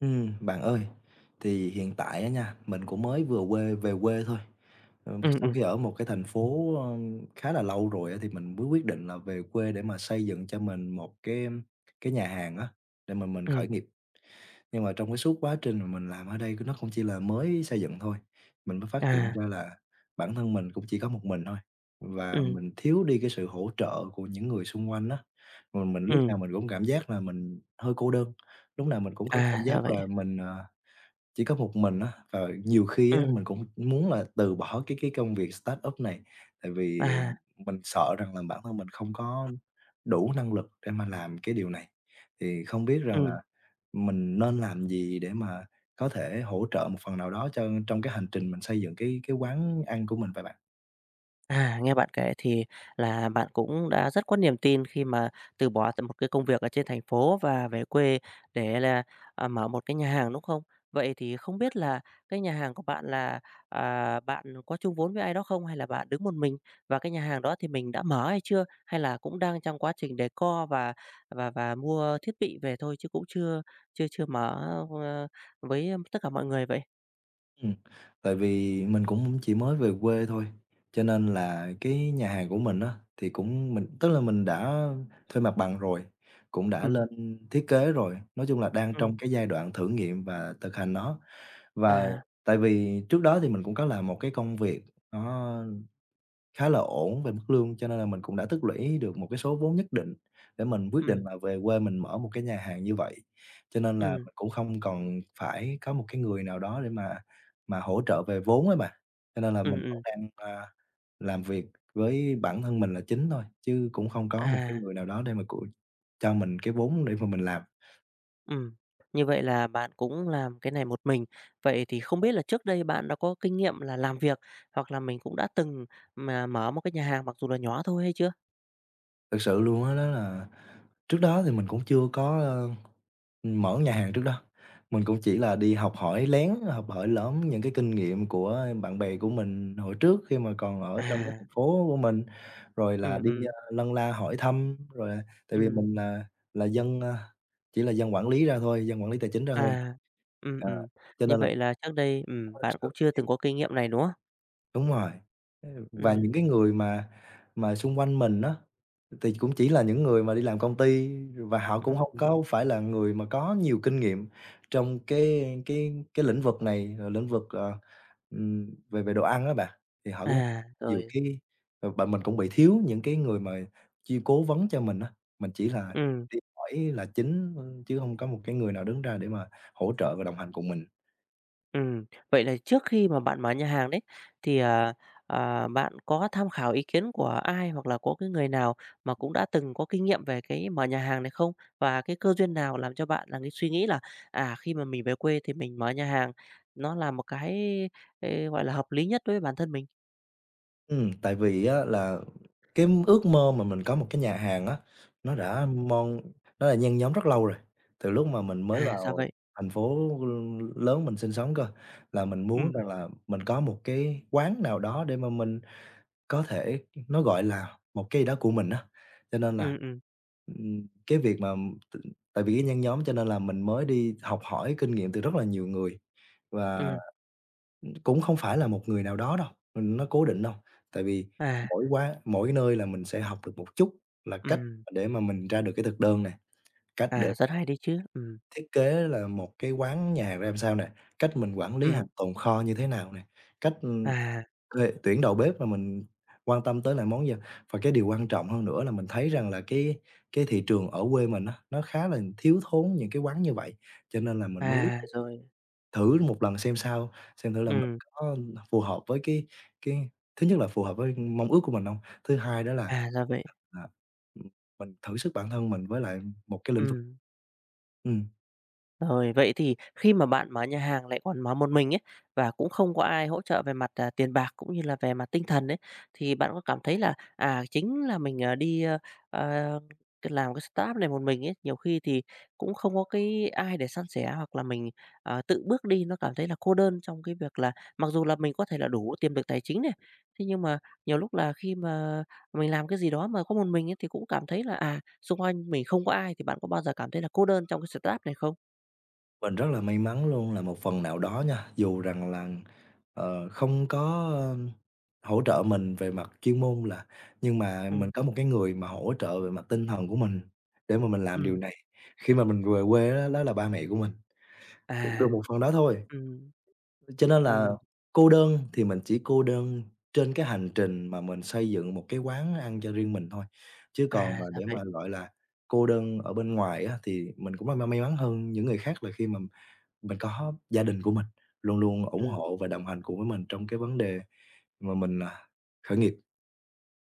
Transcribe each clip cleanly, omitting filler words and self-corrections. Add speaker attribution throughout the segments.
Speaker 1: Bạn ơi, thì hiện tại á nha, mình cũng mới vừa quê về quê thôi.
Speaker 2: Ừ, ừ,
Speaker 1: Sau khi ở một cái thành phố, khá là lâu rồi á, thì mình mới quyết định là về quê để mà xây dựng cho mình một cái nhà hàng á, để mà mình
Speaker 2: ừ.
Speaker 1: khởi nghiệp, nhưng mà trong cái suốt quá trình mà mình làm ở đây nó không chỉ là mới xây dựng thôi, mình mới phát hiện
Speaker 2: À.
Speaker 1: ra là bản thân mình cũng chỉ có một mình thôi, và
Speaker 2: Ừ,
Speaker 1: mình thiếu đi cái sự hỗ trợ của những người xung quanh á. Mà mình lúc
Speaker 2: ừ.
Speaker 1: nào mình cũng cảm giác là mình hơi cô đơn, lúc nào mình cũng có cảm
Speaker 2: À,
Speaker 1: giác
Speaker 2: sao vậy?
Speaker 1: là mình, chỉ có một mình á, và nhiều khi
Speaker 2: Ừ.
Speaker 1: á mình cũng muốn là từ bỏ cái công việc startup này, tại vì
Speaker 2: À.
Speaker 1: mình sợ rằng là bản thân mình không có đủ năng lực để mà làm cái điều này. Thì không biết rằng là
Speaker 2: Ừ.
Speaker 1: mình nên làm gì để mà có thể hỗ trợ một phần nào đó cho trong cái hành trình mình xây dựng cái quán ăn của mình vậy bạn?
Speaker 2: À, nghe bạn kể thì là bạn cũng đã rất có niềm tin khi mà từ bỏ một cái công việc ở trên thành phố và về quê để là, mở một cái nhà hàng đúng không? Vậy thì không biết là cái nhà hàng của bạn là, bạn có chung vốn với ai đó không hay là bạn đứng một mình, và cái nhà hàng đó thì mình đã mở hay chưa, hay là cũng đang trong quá trình decor và và mua thiết bị về thôi chứ cũng chưa chưa chưa mở ờ, với tất cả mọi người vậy.
Speaker 1: Ừm, tại vì mình cũng chỉ mới về quê thôi, cho nên là cái nhà hàng của mình á, thì cũng mình tức là mình đã thuê mặt bằng rồi, cũng đã
Speaker 2: Ừ.
Speaker 1: lên thiết kế rồi, nói chung là đang
Speaker 2: Ừ.
Speaker 1: trong cái giai đoạn thử nghiệm và thực hành nó. Và
Speaker 2: À.
Speaker 1: tại vì trước đó thì mình cũng có làm một cái công việc nó khá là ổn về mức lương, cho nên là mình cũng đã tích lũy được một cái số vốn nhất định để mình quyết
Speaker 2: Ừ.
Speaker 1: định là về quê mình mở một cái nhà hàng như vậy. Cho nên là
Speaker 2: Ừ.
Speaker 1: mình cũng không còn phải có một cái người nào đó để mà hỗ trợ về vốn ấy mà. Cho nên là
Speaker 2: Ừ.
Speaker 1: mình vẫn
Speaker 2: Ừ.
Speaker 1: đang, làm việc với bản thân mình là chính thôi, chứ cũng không có một cái
Speaker 2: À.
Speaker 1: người nào đó để mà củi cho mình cái vốn để mà mình làm.
Speaker 2: Ừm, như vậy là bạn cũng làm cái này một mình. Vậy thì không biết là trước đây bạn đã có kinh nghiệm là làm việc hoặc là mình cũng đã từng mà mở một cái nhà hàng mặc dù là nhỏ thôi hay chưa?
Speaker 1: Thực sự luôn á, đó là trước đó thì mình cũng chưa có, mở nhà hàng trước đó. Mình cũng chỉ là đi học hỏi lén, học hỏi lõm những cái kinh nghiệm của bạn bè của mình hồi trước khi mà còn ở trong cái
Speaker 2: À.
Speaker 1: thành phố của mình, rồi là
Speaker 2: Ừm.
Speaker 1: đi,
Speaker 2: Ừm.
Speaker 1: lân la hỏi thăm, rồi là tại vì
Speaker 2: Ừm.
Speaker 1: mình là dân, chỉ là dân quản lý ra thôi, dân quản lý tài chính ra thôi,
Speaker 2: À. Ừm.
Speaker 1: à,
Speaker 2: Ừm.
Speaker 1: cho
Speaker 2: Như
Speaker 1: nên là
Speaker 2: vậy là trước đây,
Speaker 1: có thực
Speaker 2: bạn cũng
Speaker 1: sự
Speaker 2: chưa từng
Speaker 1: nhiều,
Speaker 2: có kinh nghiệm này, đúng không?
Speaker 1: đúng rồi, và
Speaker 2: Ừm.
Speaker 1: những cái người mà xung quanh mình á thì cũng chỉ là những người mà đi làm công ty và họ
Speaker 2: Ừm.
Speaker 1: cũng không
Speaker 2: Ừm.
Speaker 1: có phải là người mà có nhiều kinh nghiệm trong cái lĩnh vực này, lĩnh vực, về về đồ ăn á bạn. Thì họ cũng
Speaker 2: À.
Speaker 1: nhiều
Speaker 2: Rồi.
Speaker 1: khi và mình cũng bị thiếu những cái người mà chi cố vấn cho mình á, mình chỉ là
Speaker 2: Ừm.
Speaker 1: đi hỏi là chính, chứ không có một cái người nào đứng ra để mà hỗ trợ và đồng hành cùng mình.
Speaker 2: Ừm, vậy là trước khi mà bạn mở nhà hàng đấy thì, bạn có tham khảo ý kiến của ai hoặc là có cái người nào mà cũng đã từng có kinh nghiệm về cái mở nhà hàng này không? Và cái cơ duyên nào làm cho bạn là cái suy nghĩ là, khi mà mình về quê thì mình mở nhà hàng, nó là một cái, gọi là, hợp lý nhất đối với bản thân mình?
Speaker 1: Tại vì á là cái ước mơ mà mình có một cái nhà hàng á, nó đã
Speaker 2: Ừm.
Speaker 1: mon nó là nhen nhóm rất lâu rồi, từ lúc mà mình mới
Speaker 2: À, sao
Speaker 1: vào
Speaker 2: vậy?
Speaker 1: thành phố lớn mình sinh sống cơ, là mình muốn
Speaker 2: Ừm.
Speaker 1: rằng là mình có một cái quán nào đó để mà mình có thể nó, gọi là, một cái gì đó của mình á. Cho nên là,
Speaker 2: Ừm. Ừm.
Speaker 1: cái việc mà t tại vì cái nhen nhóm cho nên là mình mới đi học hỏi kinh nghiệm từ rất là nhiều người và
Speaker 2: Ừm.
Speaker 1: cũng không phải là một người nào đó đâu, nó cố định đâu, tại vì
Speaker 2: À.
Speaker 1: mỗi nơi là mình sẽ học được một chút là cách
Speaker 2: Ừm.
Speaker 1: để mà mình ra được cái thực đơn nè, cách để
Speaker 2: À, rất hay đấy chứ. Ừm.
Speaker 1: thiết kế là một cái quán nhà ra làm sao nè, cách mình quản lý
Speaker 2: Ừm.
Speaker 1: hàng tồn kho như thế nào nè, cách,
Speaker 2: À.
Speaker 1: thuê tuyển đầu bếp mà mình quan tâm tới là món gì. Và cái điều quan trọng hơn nữa là mình thấy rằng là cái thị trường ở quê mình á, nó khá là thiếu thốn những cái quán như vậy, cho nên là mình mới
Speaker 2: À. Rồi.
Speaker 1: thử một lần xem sao, xem thử là mình
Speaker 2: Ừm.
Speaker 1: có phù hợp với cái thứ nhất là phù hợp với mong ước của mình hông? Thứ hai đó là,
Speaker 2: À, ra vậy.
Speaker 1: à, ừm, mình thử sức bản thân mình với lại một cái lĩnh vực.
Speaker 2: Ừm.
Speaker 1: Ừm,
Speaker 2: Rồi, vậy thì khi mà bạn mở nhà hàng lại còn mở một mình ấy, và cũng không có ai hỗ trợ về mặt, tiền bạc cũng như là về mặt tinh thần ấy, thì bạn có cảm thấy là, chính là mình, đi, ờ, làm cái startup này một mình ấy, nhiều khi thì cũng không có cái ai để san sẻ hoặc là mình, tự bước đi nó cảm thấy là cô đơn trong cái việc là mặc dù là mình có thể là đủ tiềm lực tài chính này, thế nhưng mà nhiều lúc là khi mà mình làm cái gì đó mà có một mình ấy thì cũng cảm thấy là, xung quanh mình không có ai, thì bạn có bao giờ cảm thấy là cô đơn trong cái startup này không?
Speaker 1: mình rất là may mắn luôn là một phần nào đó nha, dù rằng là, không có, hỗ trợ mình về mặt chuyên môn là nhưng mà
Speaker 2: Ừm.
Speaker 1: mình có một cái người mà hỗ trợ về mặt tinh thần của mình để mà mình làm điều
Speaker 2: Ừm.
Speaker 1: này. Khi mà mình về quê á, đó là ba mẹ của mình, được
Speaker 2: À.
Speaker 1: một phần đó thôi.
Speaker 2: Ừm.
Speaker 1: Cho nên là
Speaker 2: Ừm.
Speaker 1: cô đơn thì mình chỉ cô đơn trên cái hành trình mà mình xây dựng một cái quán ăn cho riêng mình thôi, chứ
Speaker 2: À,
Speaker 1: còn mà
Speaker 2: ra
Speaker 1: để mà,
Speaker 2: vậy.
Speaker 1: gọi là, cô đơn ở bên ngoài á, thì mình cũng may mắn hơn những người khác là khi mà mình có gia đình của mình, luôn luôn ủng
Speaker 2: Ừm.
Speaker 1: hộ và đồng hành cùng với mình trong cái vấn đề mà mình, khởi nghiệp.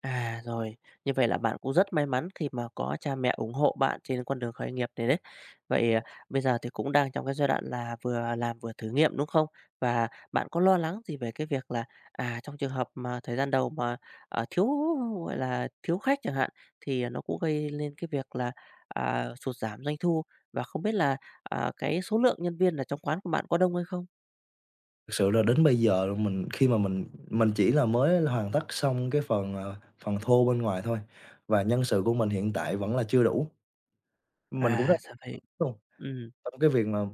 Speaker 2: À, rồi, như vậy là bạn cũng rất may mắn khi mà có cha mẹ ủng hộ bạn trên con đường khởi nghiệp này đấy. Vậy, bây giờ thì cũng đang trong cái giai đoạn là vừa làm vừa thử nghiệm, đúng không? Và bạn có lo lắng gì về cái việc là, trong trường hợp mà thời gian đầu mà, thiếu, gọi là, thiếu khách chẳng hạn, thì nó cũng gây lên cái việc là, sụt giảm doanh thu, và không biết là, cái số lượng nhân viên ở trong quán của bạn có đông hay không?
Speaker 1: Thực sự là đến bây giờ là mình khi mà mình chỉ là mới hoàn tất xong cái phần, phần thô bên ngoài thôi, và nhân sự của mình hiện tại vẫn là chưa đủ, mình cũng rất
Speaker 2: À, ra vậy.
Speaker 1: luôn.
Speaker 2: Ừm.
Speaker 1: Trong cái việc mà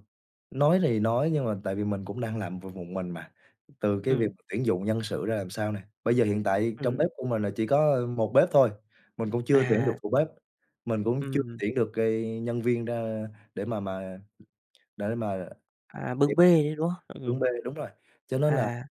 Speaker 1: nói thì nói nhưng mà tại vì mình cũng đang làm một mình mà, từ cái việc
Speaker 2: Ừm.
Speaker 1: tuyển dụng nhân sự ra làm sao nè, bây giờ hiện tại trong
Speaker 2: Ừm.
Speaker 1: bếp của mình là chỉ có một bếp thôi, mình cũng chưa tuyển được
Speaker 2: À.
Speaker 1: phụ bếp, mình cũng chưa
Speaker 2: Ừm.
Speaker 1: tuyển được, cái nhân viên ra để mà mà để mà
Speaker 2: À,
Speaker 1: để
Speaker 2: bưng
Speaker 1: mà
Speaker 2: bê đấy, đúng không?
Speaker 1: hướng B,
Speaker 2: Ừm.
Speaker 1: đúng rồi, cho nên là
Speaker 2: À.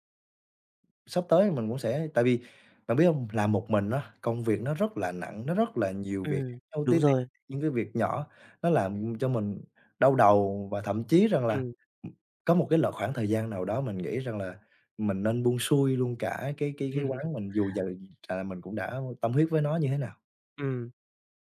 Speaker 1: sắp tới mình cũng sẽ tại vì bạn biết hông, làm một mình á, công việc nó rất là nặng, nó rất là nhiều việc khác
Speaker 2: Ừm,
Speaker 1: nhau
Speaker 2: đúng
Speaker 1: ti tì,
Speaker 2: rồi.
Speaker 1: những cái việc nhỏ nó làm cho mình đau đầu và thậm chí rằng là,
Speaker 2: Ừm.
Speaker 1: ừm, có một cái l khoảng thời gian nào đó mình nghĩ rằng là mình nên buông xuôi luôn cả cái quán mình dù giờ là mình cũng đã tâm huyết với nó như thế nào.
Speaker 2: Ừm.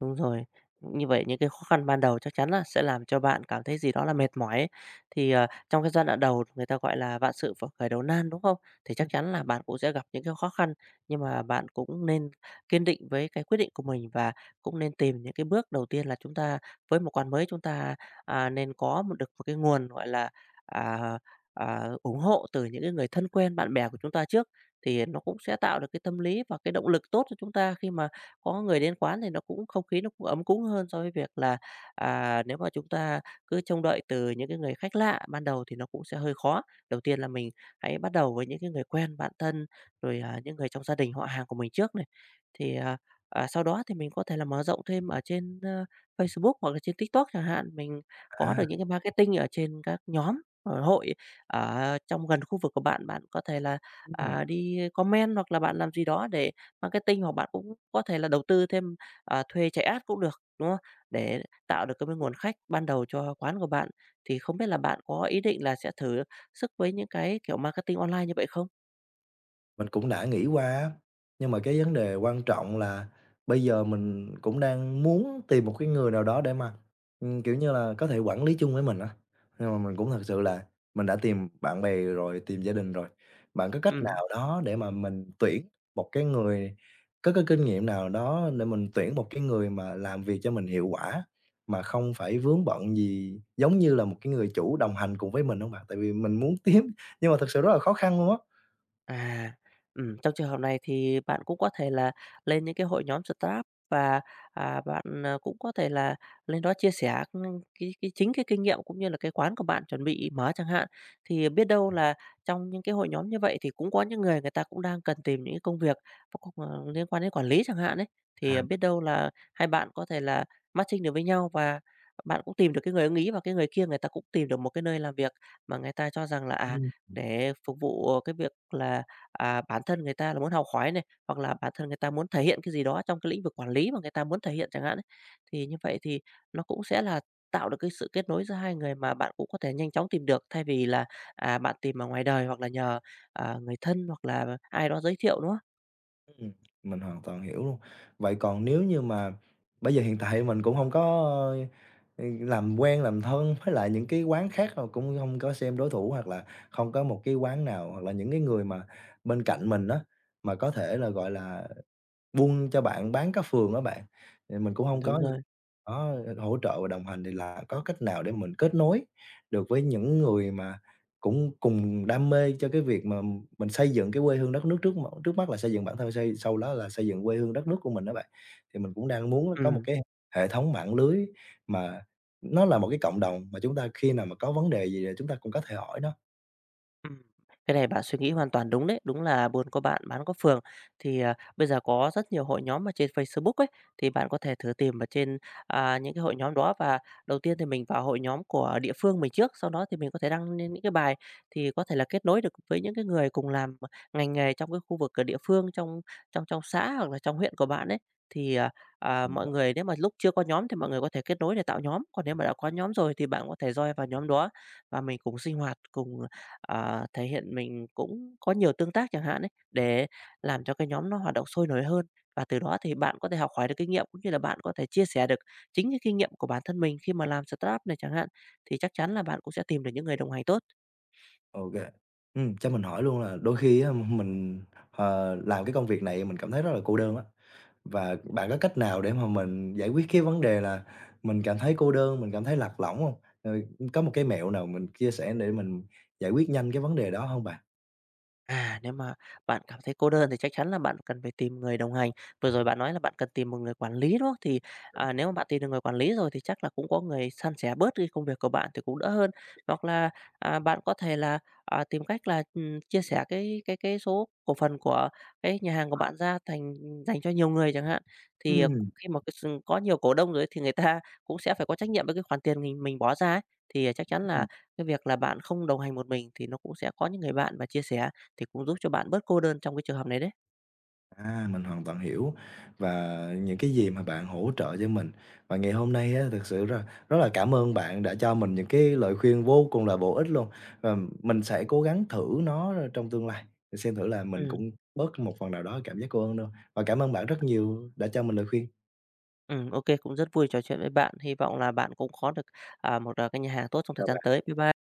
Speaker 2: Đúng rồi. Như vậy những cái khó khăn ban đầu chắc chắn là sẽ làm cho bạn cảm thấy gì đó là mệt mỏi ấy. Thì, trong cái giai đoạn đầu người ta gọi là vạn sự phải khởi đầu nan, đúng không? Thì chắc chắn là bạn cũng sẽ gặp những cái khó khăn, nhưng mà bạn cũng nên kiên định với cái quyết định của mình và cũng nên tìm những cái bước đầu tiên là chúng ta với một quán mới chúng ta, nên có một được một cái nguồn, gọi là, à, ủng hộ từ những cái người thân quen, bạn bè của chúng ta trước. Thì nó cũng sẽ tạo được cái tâm lý và cái động lực tốt cho chúng ta khi mà có người đến quán thì nó cũng không khí nó cũng ấm cúng hơn so với việc là, nếu mà chúng ta cứ trông đợi từ những cái người khách lạ ban đầu thì nó cũng sẽ hơi khó. Đầu tiên là mình hãy bắt đầu với những cái người quen, bạn thân, rồi, những người trong gia đình, họ hàng của mình trước này. Thì, sau đó thì mình có thể là mở rộng thêm ở trên, Facebook hoặc là trên TikTok chẳng hạn, mình có
Speaker 1: À,
Speaker 2: được những cái marketing ở trên các nhóm, hội ở trong gần khu vực của bạn. Bạn có thể là,
Speaker 1: ừm.
Speaker 2: đi comment hoặc là bạn làm gì đó để Marketing hoặc bạn cũng có thể là đầu tư thêm, thuê chạy ad cũng được, đúng không? Để tạo được cái nguồn khách ban đầu cho quán của bạn. Thì không biết là bạn có ý định là sẽ thử sức với những cái kiểu marketing online như vậy không?
Speaker 1: Mình cũng đã nghĩ qua á, nhưng mà cái vấn đề quan trọng là bây giờ mình cũng đang muốn tìm một cái người nào đó để mà, kiểu như là, có thể quản lý chung với mình á. Nhưng mà mình cũng thật sự là mình đã tìm bạn bè rồi, tìm gia đình rồi. Bạn có cách
Speaker 2: Ừm.
Speaker 1: nào đó để mà mình tuyển một cái người có cái kinh nghiệm nào đó để mình tuyển một cái người mà làm việc cho mình hiệu quả, mà không phải vướng bận gì, giống như là một cái người chủ đồng hành cùng với mình hông bạn? Tại vì mình muốn kiếm nhưng mà thực sự rất là khó khăn luôn á.
Speaker 2: À, trong trường hợp này thì bạn cũng có thể là lên những cái hội nhóm Scrap và, bạn, cũng có thể là lên đó chia sẻ, cái chính cái kinh nghiệm cũng như là cái quán của bạn chuẩn bị mở chẳng hạn. Thì biết đâu là trong những cái hội nhóm như vậy thì cũng có những người người ta cũng đang cần tìm những cái công việc nó cũng, liên quan đến quản lý chẳng hạn đấy thì
Speaker 1: À.
Speaker 2: biết đâu là hai bạn có thể là matching được với nhau và bạn cũng tìm được cái người ưng ý và cái người kia người ta cũng tìm được một cái nơi làm việc mà người ta cho rằng là,
Speaker 1: Ừm.
Speaker 2: để phục vụ cái việc là, bản thân người ta là muốn học hỏi này, hoặc là bản thân người ta muốn thể hiện cái gì đó trong cái lĩnh vực quản lý mà người ta muốn thể hiện chẳng hạn ấy. Thì như vậy thì nó cũng sẽ là tạo được cái sự kết nối giữa hai người mà bạn cũng có thể nhanh chóng tìm được, thay vì là, bạn tìm ở ngoài đời hoặc là nhờ, người thân hoặc là ai đó giới thiệu, đúng.
Speaker 1: Ừm, mình hoàn toàn hiểu luôn. Vậy còn nếu như mà bây giờ hiện tại mình cũng không có, làm quen, làm thân với lại những cái quán khác rồi cũng không có xem đối thủ hoặc là không có một cái quán nào hoặc là những cái người mà bên cạnh mình đó mà có thể là, gọi là, buôn cho bạn bán cá phường đó bạn, thì mình cũng không
Speaker 2: Đúng
Speaker 1: có
Speaker 2: rồi.
Speaker 1: có hỗ trợ và đồng hành thì là có cách nào để mình kết nối được với những người mà cũng cùng đam mê cho cái việc mà mình xây dựng cái quê hương đất nước trước mắt là xây dựng bản thân, sau đó là xây dựng quê hương đất nước của mình á bạn. Thì mình cũng đang muốn có một
Speaker 2: Ừm.
Speaker 1: cái hệ thống mạng lưới mà nó là một cái cộng đồng mà chúng ta khi nào mà có vấn đề gì là chúng ta cũng có thể hỏi nó.
Speaker 2: Ừm, cái này bạn suy nghĩ hoàn toàn đúng đấy. Đúng là buôn có bạn, bán có phường. Thì, bây giờ có rất nhiều hội nhóm ở trên Facebook ấy, thì bạn có thể thử tìm ở trên, những cái hội nhóm đó. Và đầu tiên thì mình vào hội nhóm của địa phương mình trước, sau đó thì mình có thể đăng lên những cái bài thì có thể là kết nối được với những cái người cùng làm ngành nghề trong cái khu vực ở địa phương, trong trong trong xã hoặc là trong huyện của bạn ấy. Thì,
Speaker 1: Ừm,
Speaker 2: mọi người nếu mà lúc chưa có nhóm thì mọi người có thể kết nối để tạo nhóm, còn nếu mà đã có nhóm rồi thì bạn có thể join vào nhóm đó và mình cùng sinh hoạt, cùng thể hiện mình cũng có nhiều tương tác chẳng hạn ấy, để làm cho cái nhóm nó hoạt động sôi nổi hơn. Và từ đó thì bạn có thể học hỏi được kinh nghiệm, cũng như là bạn có thể chia sẻ được chính cái kinh nghiệm của bản thân mình khi mà làm startup này chẳng hạn, thì chắc chắn là bạn cũng sẽ tìm được những người đồng hành tốt.
Speaker 1: ô kê. Cho mình hỏi luôn là đôi khi á, mình, làm cái công việc này mình cảm thấy rất là cô đơn á. Và bạn có cách nào để mà mình giải quyết cái vấn đề là mình cảm thấy cô đơn, mình cảm thấy lạc lõng hông? Rồi có một cái mẹo nào mình chia sẻ để mình giải quyết nhanh cái vấn đề đó hông bạn?
Speaker 2: À, nếu mà bạn cảm thấy cô đơn thì chắc chắn là bạn cần phải tìm người đồng hành. Vừa rồi bạn nói là bạn cần tìm một người quản lý, đúng không? Thì, nếu mà bạn tìm được người quản lý rồi thì chắc là cũng có người san sẻ bớt cái công việc của bạn thì cũng đỡ hơn. Hoặc là, bạn có thể là, tìm cách là, chia sẻ cái số cổ phần của cái nhà hàng của bạn ra thành dành cho nhiều người chẳng hạn. Thì,
Speaker 1: Ừm,
Speaker 2: khi mà cái có nhiều cổ đông rồi ấy thì người ta cũng sẽ phải có trách nhiệm với cái khoản tiền mình bỏ ra ấy. Thì, chắc chắn là
Speaker 1: ừm.
Speaker 2: cái việc là bạn không đồng hành một mình thì nó cũng sẽ có những người bạn và chia sẻ thì cũng giúp cho bạn bớt cô đơn trong cái trường hợp này đấy.
Speaker 1: À, mình hoàn toàn hiểu và những cái gì mà bạn hỗ trợ cho mình. Và ngày hôm nay á, thực sự rất rất là cảm ơn bạn đã cho mình những cái lời khuyên vô cùng là bổ ích luôn. Và mình sẽ cố gắng thử nó trong tương lai, để xem thử là mình
Speaker 2: Ừ.
Speaker 1: cũng bớt một phần nào đó cảm giác cô đơn đâu. Và cảm ơn bạn rất nhiều đã cho mình lời khuyên.
Speaker 2: Ừ, ok cũng rất vui trò chuyện với bạn. Hy vọng là bạn cũng có được, một, cái nhà hàng tốt trong thời gian
Speaker 1: Chào
Speaker 2: tới. Bye bye.